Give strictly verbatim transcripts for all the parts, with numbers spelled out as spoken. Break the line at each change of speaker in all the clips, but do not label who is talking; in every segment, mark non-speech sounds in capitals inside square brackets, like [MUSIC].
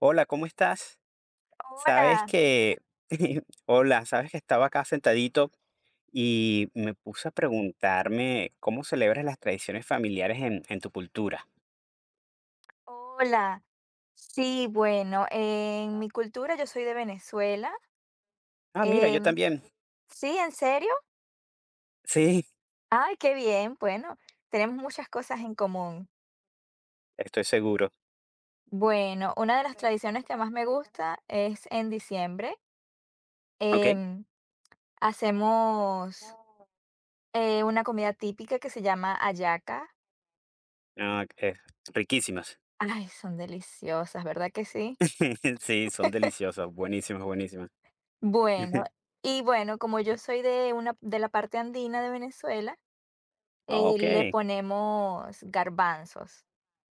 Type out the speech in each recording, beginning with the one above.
Hola, ¿cómo estás? Sabes
Hola,
que, [LAUGHS] hola, sabes que estaba acá sentadito y me puse a preguntarme cómo celebras las tradiciones familiares en, en tu cultura.
hola. Sí, bueno, en mi cultura yo soy de Venezuela.
Ah, mira, yo
Em,
también.
sí, ¿en serio?
Sí,
Ay, qué bien. Bueno, tenemos muchas cosas en común.
estoy seguro.
Bueno, una de las tradiciones que más me gusta es en diciembre.
¿Ok?
em, hacemos eh, una comida típica que se llama hallaca.
Ah, eh, riquísimas.
Ay, son deliciosas, ¿verdad que sí?
[LAUGHS] Sí, son deliciosas, buenísimas, buenísimas.
Bueno,
[LAUGHS]
y bueno, como yo soy de una de la parte andina de Venezuela. Eh,
Ok.
le ponemos garbanzos.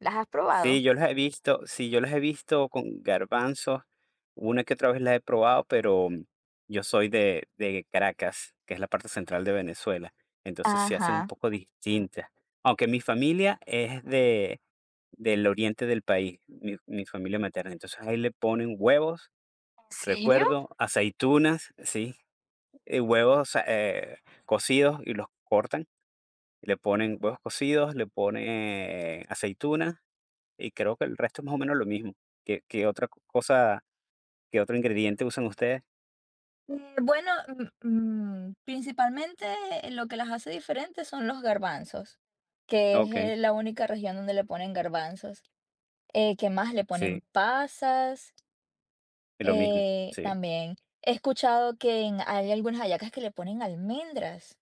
¿Las has
Sí,
probado?
yo los he visto, sí, yo los he visto con garbanzos, una que otra vez las he probado, pero mm, yo soy de, de Caracas, que es la parte central de Venezuela, entonces se hacen un
Ajá.
poco distintas. Aunque mi familia es de, del oriente del país, mi, mi familia materna, entonces ahí le ponen huevos,
¿En serio?
recuerdo, aceitunas, sí, eh, huevos eh, cocidos y los cortan, le ponen huevos cocidos, le ponen eh, aceitunas y creo que el resto es más o menos lo mismo. ¿Qué qué otra co cosa, qué otro ingrediente usan ustedes?
Eh, bueno, mm, mm, principalmente lo que las hace diferentes son los garbanzos, que es
Okey,
eh, la única región donde le ponen garbanzos. Eh, ¿qué más? Le
sí,
ponen pasas,
es lo mismo,
eh,
sí.
también. He escuchado que en- hay algunas hallacas que le ponen almendras,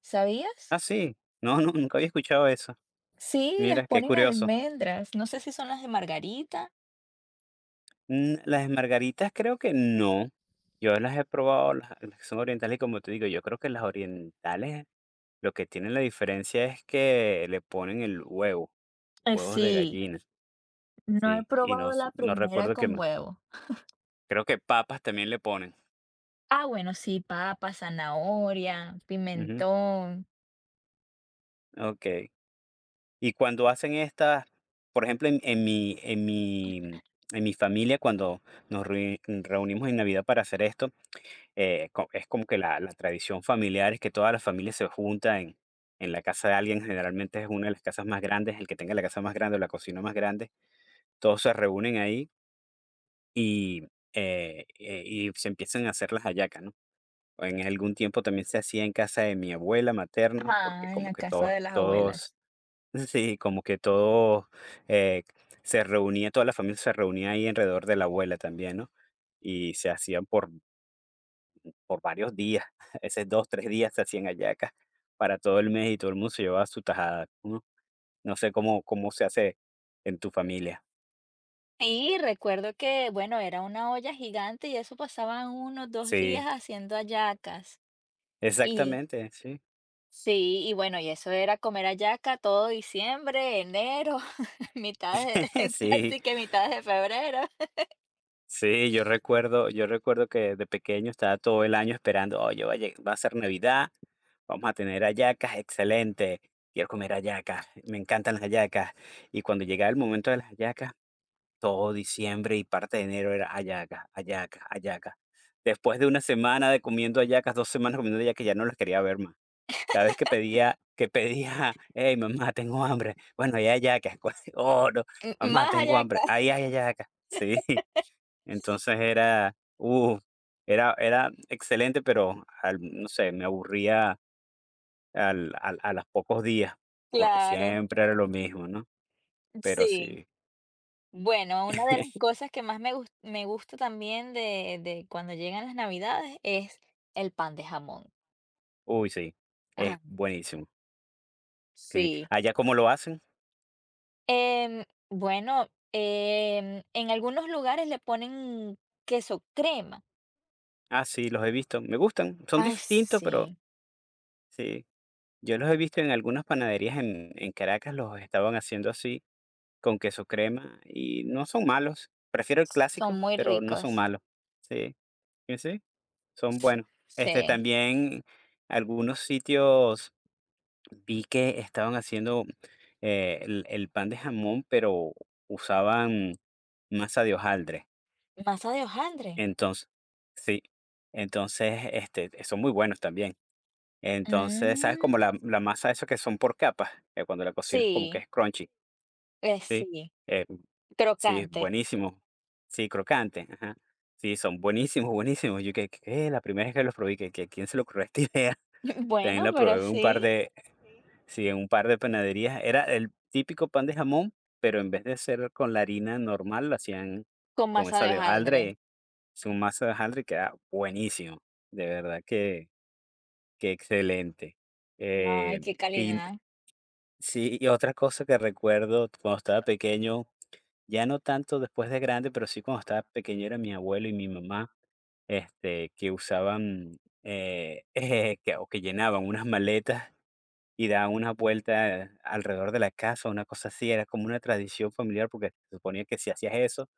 Ah,
¿sabías?
sí, no, no, nunca había escuchado eso.
Sí, les
Mira, qué
ponen
curioso.
almendras. No sé si son las de Margarita.
Mm, las margaritas creo que no. Yo las he probado, las las que son orientales, y como te digo, yo creo que las orientales lo que tienen la diferencia es que le ponen el huevo,
Eh,
huevos de
sí.
gallina,
No he
sí, y no
probado
s
la
no
primera
recuerdo qué
con
más.
huevo.
Creo que papas también le ponen.
Ah, bueno, sí, papa, zanahoria,
Ujú,
pimentón.
okey. Y cuando hacen estas, por ejemplo, en, en mi, en mi, en mi familia, cuando nos reu- reunimos en Navidad para hacer esto, eh, co- es como que la, la tradición familiar es que toda la familia se junta en, en la casa de alguien. Generalmente es una de las casas más grandes, el que tenga la casa más grande o la cocina más grande. Todos se reúnen ahí y, eh, eh, y se empiezan a hacer las hallacas, ¿no? En algún tiempo también se hacía en casa de mi abuela materna, porque
Ajá, en
como
la
que
casa
todos,
de las
todos
abuelas.
Sí, como que todo eh, se reunía, toda la familia se reunía ahí alrededor de la abuela también, ¿no? Y se hacían por, por varios días, [LAUGHS] esos dos, tres días se hacían hallacas para todo el mes y todo el mundo se llevaba su tajada, ¿no? No sé cómo, cómo se hace en tu familia.
Y recuerdo que, bueno, era una olla gigante y eso pasaban unos dos días
Sí,
haciendo hallacas. Y
exactamente, sí.
sí, y bueno, y eso era comer hallaca todo diciembre, enero, [LAUGHS] mitad de,
[LAUGHS]
[LAUGHS]
Sí,
casi que mitad de febrero.
sí, yo recuerdo, yo recuerdo que de pequeño estaba todo el año esperando, oye, va a lleg- va a ser Navidad. Vamos a tener hallacas, excelente. Quiero comer hallacas, me encantan las hallacas. Y cuando llegaba el momento de las hallacas, todo diciembre y parte de enero era hallacas, hallacas, hallacas. Después de una semana de comiendo hallacas, dos semanas comiendo hallacas, ya no las quería ver más. Cada vez que pedía que pedía: [LAUGHS] "Hey, mamá, tengo hambre". "Bueno, ahí hay hallacas". [LAUGHS] "Oh, no".
[LAUGHS]
"Mamá,
Más
tengo hambre".
hallacas,
"Ahí hay hallacas". Sí, [LAUGHS] entonces era, uf, era era excelente, pero al no sé, me aburría al al a los pocos días,
[LAUGHS]
porque
claro.
siempre era lo mismo, ¿no? Pero
Sí.
sí.
Bueno, una de las
[LAUGHS]
cosas que más me gus- me gusta también de, de cuando llegan las Navidades es el pan de jamón.
Uy, sí, es
Ah,
buenísimo. Sí.
sí.
¿Allá cómo lo hacen?
Em, bueno, em, en algunos lugares le ponen queso crema.
Ah, sí, los he visto. Me gustan, son
Ay,
distintos, pero
sí.
sí. Yo los he visto en algunas panaderías en en Caracas, los estaban haciendo así, con queso crema, y no son malos. Prefiero el clásico,
Son muy
pero no son
ricos.
malos. Sí, sí, sí, son
Sí.
buenos. Este,
Sí.
también algunos sitios Vi que estaban haciendo, eh, el el pan de jamón, pero usaban masa de hojaldre.
Masa de hojaldre.
Entonces sí, entonces, este, son muy buenos también. Entonces, ¿sabes? Como
Mm,
la la masa esa que son por capas, que cuando la cocinas como que
sí,
es crunchy,
eh,
¿sí?
sí.
Eh, sí, es
Crocante.
buenísimo. Sí, crocante, ajá. Sí, son buenísimos, buenísimos. Yo que que la primera vez que los probé, que que, ¿quién se le ocurrió esta [LAUGHS] idea?
[LAUGHS]
También
Bueno,
la probé
pero
en un par
sí,
de sí, en un par de panaderías. Era el típico pan de jamón, pero en vez de ser con la harina normal, lo hacían
con
con
masa
esa
de
de
hojaldre.
hojaldre, su masa de hojaldre, que era buenísimo. De verdad que que excelente. Eh,
Ay, qué
y
calidad.
sí, y otra cosa que recuerdo cuando estaba pequeño, ya no tanto después de grande, pero sí cuando estaba pequeño era mi abuelo y mi mamá, este, que usaban, eh, [LAUGHS] que o que llenaban unas maletas y daban una vuelta alrededor de la casa, una cosa así, era como una tradición familiar, porque se suponía que si hacías eso,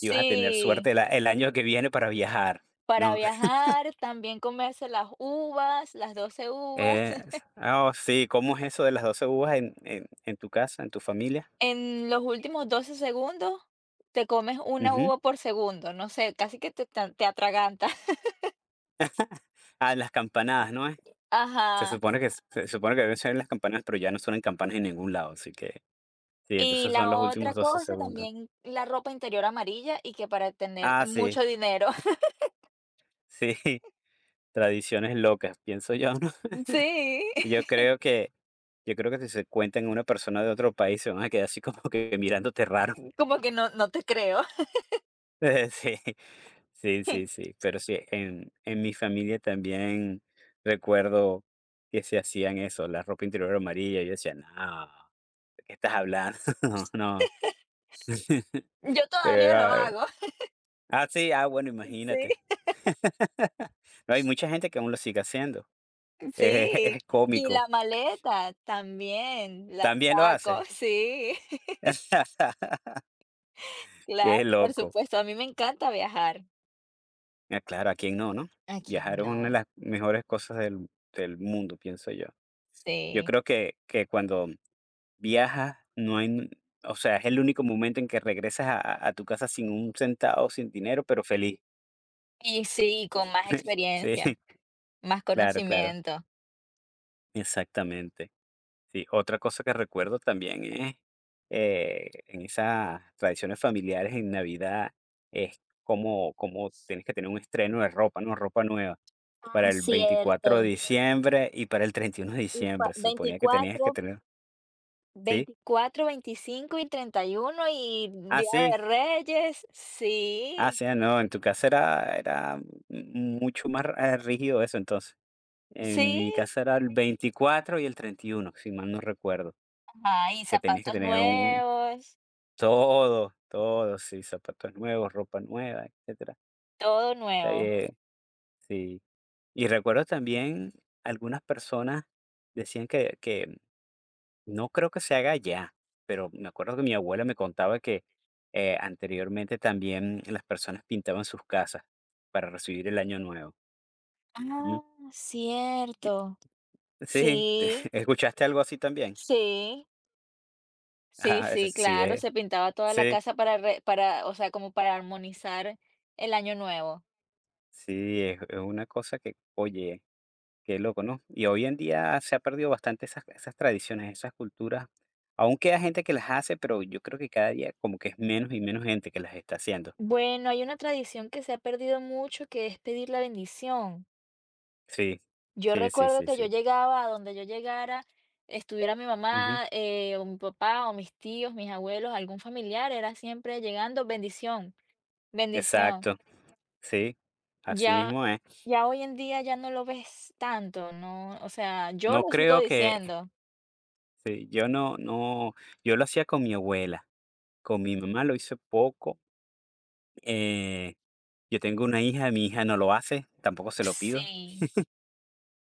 ibas a tener suerte
Sí.
el a el año que viene para viajar,
Para
¿no? [LAUGHS]
viajar, también comerse las uvas, las doce uvas.
Eh, s-
[LAUGHS]
ah oh, sí, ¿cómo es eso de las doce uvas en en en tu casa, en tu familia?
En los últimos doce segundos, te comes una
Ujú.
uva por segundo, no sé, casi que te ta te atragantas. [LAUGHS]
Ah, las campanadas, ¿no es? Se
Ajá.
supone que s- se supone que deben ser las campanas, pero ya no suenan campanas en ningún lado, así que sí,
Y
entonces son
la
los
otra
últimos doce
cosa,
segundos.
también la ropa interior amarilla y que para tener
Ah, sí,
mucho dinero. [LAUGHS]
sí, [LAUGHS] tradiciones locas, pienso yo.
Sí,
Yo creo que yo creo que si se cuentan una persona de otro país, se van a quedar así como que mirándote raro.
[LAUGHS] como que no no te creo.
[LAUGHS] Sí, sí, sí,
[LAUGHS]
sí. Pero sí, en en mi familia también recuerdo que se hacían eso, la ropa interior amarilla. Yo decía: "No, ¿de qué estás hablando? [LAUGHS] No". No. [LAUGHS]
Yo
Pero
todavía lo
era
hago.
ah, sí, ah, bueno,
[LAUGHS] Sí,
imagínate. [LAUGHS] No, hay mucha gente que aún lo sigue haciendo. [LAUGHS] Es
sí.
es
Y
cómico.
la maleta también la
¿También lo
saco,
hace
[LAUGHS] sí.
[LAUGHS]
Claro,
Qué
por
loco.
supuesto, a mí me encanta viajar.
Ah, claro, ¿a quién no, no?
¿A quién
Viajar es
no?
una de las mejores cosas del, del mundo, pienso yo. Yo
Sí,
creo que, que cuando viajas, no hay, n- o sea, es el único momento en que regresas a, a- a tu casa sin un centavo, sin dinero, pero feliz.
y sí, con más
[LAUGHS] Sí,
experiencia, más
claro, claro,
conocimiento.
exactamente. Sí, otra cosa que recuerdo también es eh, en esas tradiciones familiares en Navidad, es como, como tienes que tener un estreno de ropa, ¿no? Ropa nueva.
Ah,
Para el veinticuatro de
cierto.
diciembre y para el treinta y uno de
Y pa
diciembre. Se suponía que tenías que
veinticuatro.
tener ¿sí?
veinticuatro, veinticinco y treinta y uno y
Ah,
Día
sí.
de Reyes,
Ah,
sí,
sí, ah, no, en tu casa era era mucho más, eh, rígido eso entonces. En
sí,
mi casa era el veinticuatro y el treinta y uno si mal no recuerdo,
ajá, y
que tenías que
zapatos
tener un
nuevos,
todo, todo, sí, zapatos nuevos, ropa nueva, etcétera.
todo nuevo.
Eh, sí. Y recuerdo también algunas personas decían que que No creo que se haga allá, pero me acuerdo que mi abuela me contaba que eh, anteriormente también las personas pintaban sus casas para recibir el año nuevo. Ujú.
Ah, cierto.
Sí, te- [LAUGHS]
Sí,
¿escuchaste algo así también?
sí. Sí,
Ah, ese
sí,
sí,
claro,
eh,
se pintaba toda la
sí,
casa para re para, o sea, como para armonizar el año nuevo.
sí, es, es una cosa que, oye, qué loco, ¿no? Y hoy en día se ha perdido bastante esas, esas tradiciones, esas culturas. Aún queda gente que las hace, pero yo creo que cada día como que es menos y menos gente que las está haciendo.
Bueno, hay una tradición que se ha perdido mucho, que es pedir la bendición.
Sí,
Yo
sí, sí,
recuerdo
sí,
que yo
sí.
llegaba a donde yo llegara, estuviera mi
Ujú.
mamá, eh, o mi papá, o mis tíos, mis abuelos, algún familiar, era siempre llegando, bendición, bendición.
Exacto. Sí, así
Ya,
mismo es.
ya hoy en día ya no lo ves tanto, ¿no? O sea, yo
No
lo sigo
creo que
diciendo.
sí, yo no no, yo lo hacía con mi abuela, con mi mamá lo hice poco, eh, yo tengo una hija, mi hija no lo hace, tampoco se lo pido. [LAUGHS]
Sí.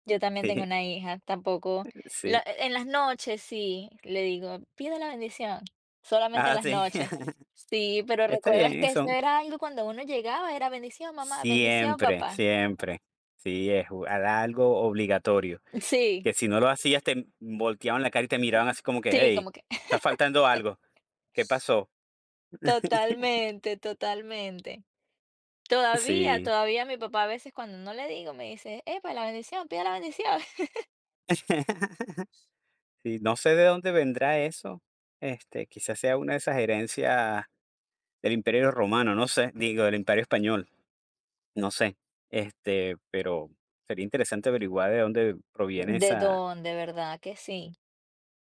Yo también tengo
Sí,
una hija, tampoco
sí.
la en las noches sí, le digo: "Pide la bendición", solamente en
Ah,
las
sí,
noches.
[LAUGHS]
Sí, pero
está bien
recuerdas que eso
eso.
era algo cuando uno llegaba, era: "Bendición, mamá, bendición,
Siempre,
papá".
siempre. Sí, es u era algo obligatorio,
[LAUGHS] Sí,
que si no lo hacías te volteaban la cara y te miraban así como que:
sí,
"Hey,
como que [LAUGHS]
está faltando algo, ¿qué pasó?". [LAUGHS]
totalmente, totalmente. Todavía,
Sí.
todavía mi papá a veces cuando no le digo, me dice: "Epa, la bendición, pide la bendición". [LAUGHS]
[LAUGHS] Sí, no sé de dónde vendrá eso, este, quizás sea una de esas herencias del Imperio Romano, no sé, digo, del Imperio Español, no sé, este, pero sería interesante averiguar de dónde proviene
¿De
esa
dónde, verdad que sí?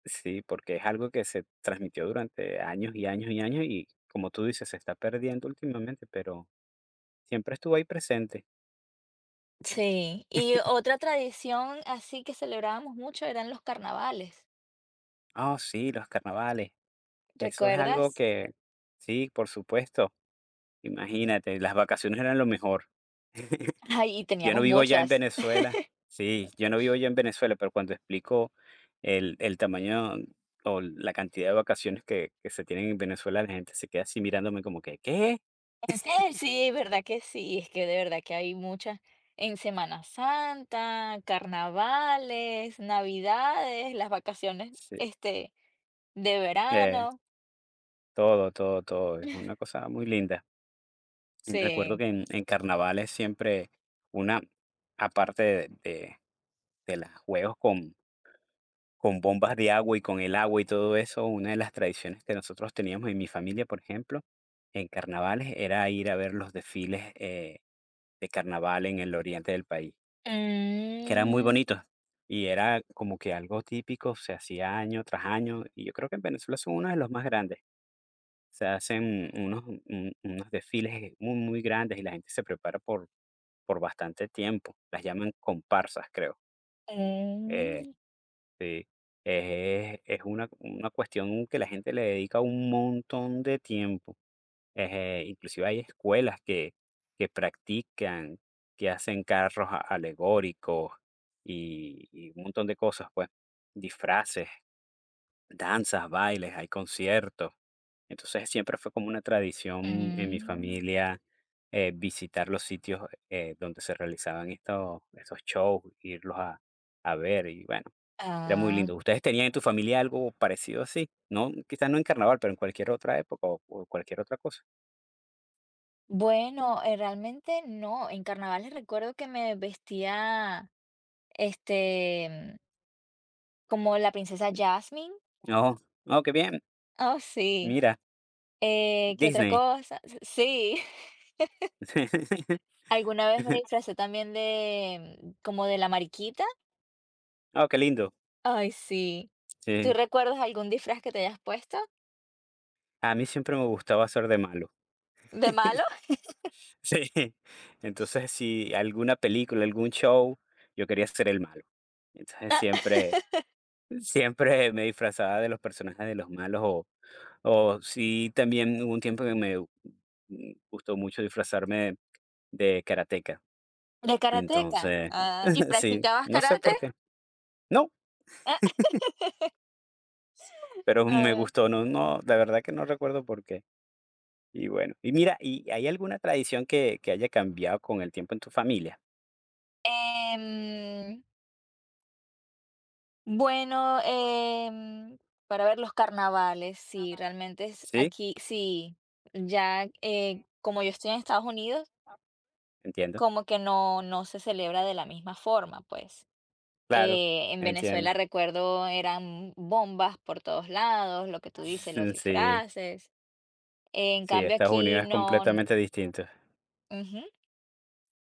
sí, porque es algo que se transmitió durante años y años y años y, como tú dices, se está perdiendo últimamente, pero siempre estuvo ahí presente.
Sí, y
[LAUGHS]
otra tradición así que celebrábamos mucho eran los carnavales,
Oh, sí, los carnavales, eso es algo
¿recuerdas?
que sí, por supuesto, imagínate, las vacaciones eran lo mejor.
Ay, y
Yo no
teníamos
vivo ya en
muchas.
Venezuela. Sí, yo no vivo ya en Venezuela, pero cuando explico el el tamaño o la cantidad de vacaciones que que se tienen en Venezuela, la gente se queda así mirándome como que, ¿qué?
En serio, sí, verdad que sí, es que de verdad que hay muchas. En Semana Santa, carnavales, navidades, las vacaciones,
Sí,
este, de
eh,
verano.
todo, todo, todo. Es una cosa muy linda. Y recuerdo
Sí.
que en en carnavales siempre una aparte de de de las juegos con con bombas de agua y con el agua y todo eso, una de las tradiciones que nosotros teníamos en mi familia, por ejemplo, en carnavales, era ir a ver los desfiles eh, de carnaval en el oriente del país, que eran muy
Mm,
bonitos. Y era como que algo típico, se hacía año tras año, y yo creo que en Venezuela son uno de los más grandes. Se hacen unos, un- unos desfiles muy, muy grandes y la gente se prepara por, por bastante tiempo. Las llaman comparsas, creo. Eh,
mm,
Sí, es es una una cuestión que la gente le dedica un montón de tiempo. Eh, inclusive hay escuelas que que practican, que hacen carros a alegóricos y y un montón de cosas, pues, disfraces, danzas, bailes, hay conciertos. Entonces, siempre fue como una tradición en mi
mm.
familia, eh, visitar los sitios, eh, donde se realizaban estos estos shows, irlos a a ver y bueno. Era muy
Ah,
lindo. ¿Ustedes tenían en tu familia algo parecido así? No, quizás no en carnaval, pero en cualquier otra época o o cualquier otra cosa.
bueno, eh, realmente no. En carnavales recuerdo que me vestía, este, como la princesa Jasmine.
Oh, oh, qué bien.
Oh, sí.
Mira,
Eh, ¿qué otra
Disney.
cosa? sí, [LAUGHS]
[LAUGHS]
alguna vez me disfracé también de mm, como de la mariquita.
Oh, qué lindo.
Ay, sí. ¿Tú
Sí.
recuerdas algún disfraz que te hayas puesto?
A mí siempre me gustaba ser de malo. [LAUGHS]
¿De malo?
Sí. Entonces, si alguna película, algún show, yo quería ser el malo. Entonces,
[LAUGHS]
siempre siempre me disfrazaba de los personajes de los malos o o sí, también hubo un tiempo que me, mm, gustó mucho disfrazarme de karateca.
¿De karateca?
Entonces,
Ah, ¿y
[LAUGHS] sí,
practicabas
no sé
karate?
por qué. No,
[LAUGHS]
pero [LAUGHS] me
Ah.
gustó, no, no, la verdad que no recuerdo por qué. Y bueno, y mira, ¿y hay alguna tradición que, que haya cambiado con el tiempo en tu familia?
Em, bueno, em, para ver los carnavales, sí, realmente es
Sí,
aquí sí, ya, eh, como yo estoy en Estados Unidos,
entiendo.
como que no no se celebra de la misma forma, pues.
Claro,
Eh, en
entiendo.
Venezuela recuerdo eran bombas por todos lados, lo que tú dices, los
[LAUGHS] Sí,
disfraces. En
sí,
cambio
Estados
aquí
Unidos es
no, n-
completamente distinto.
ujú,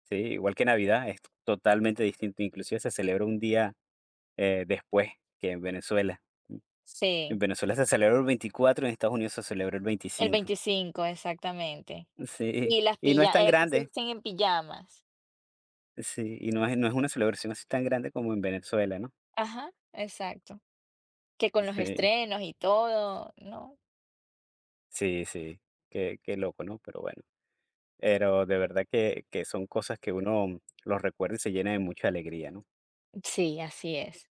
Sí, igual que Navidad, es totalmente distinto. Inclusive se celebra un día eh, después que en Venezuela. En
sí,
Venezuela se celebra el veinticuatro, en Estados Unidos se celebra el
el
veinticinco.
veinticinco, exactamente.
Sí,
Y las
y no es
pijamas,
tan
aquí se
grande.
dicen en pijamas.
Sí, y no es no es una celebración así tan grande como en Venezuela, ¿no?
Ajá, exacto. Que con los
Sí,
estrenos y todo, ¿no?
sí, sí, qué qué loco, ¿no? Pero bueno, pero de verdad que que son cosas que uno los recuerda y se llena de mucha alegría, ¿no?
Sí, así es,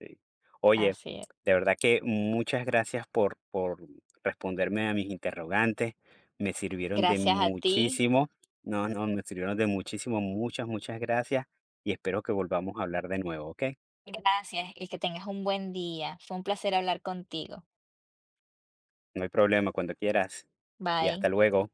Sí. Oye,
así es.
de verdad que muchas gracias por por responderme a mis interrogantes, me sirvieron de
Gracias a ti,
muchísimo. No, no, me sirvieron de muchísimo, muchas, muchas gracias, y espero que volvamos a hablar de nuevo, ¿ok?
gracias y que tengas un buen día. Fue un placer hablar contigo.
No hay problema, cuando quieras, y hasta
Bye.
luego.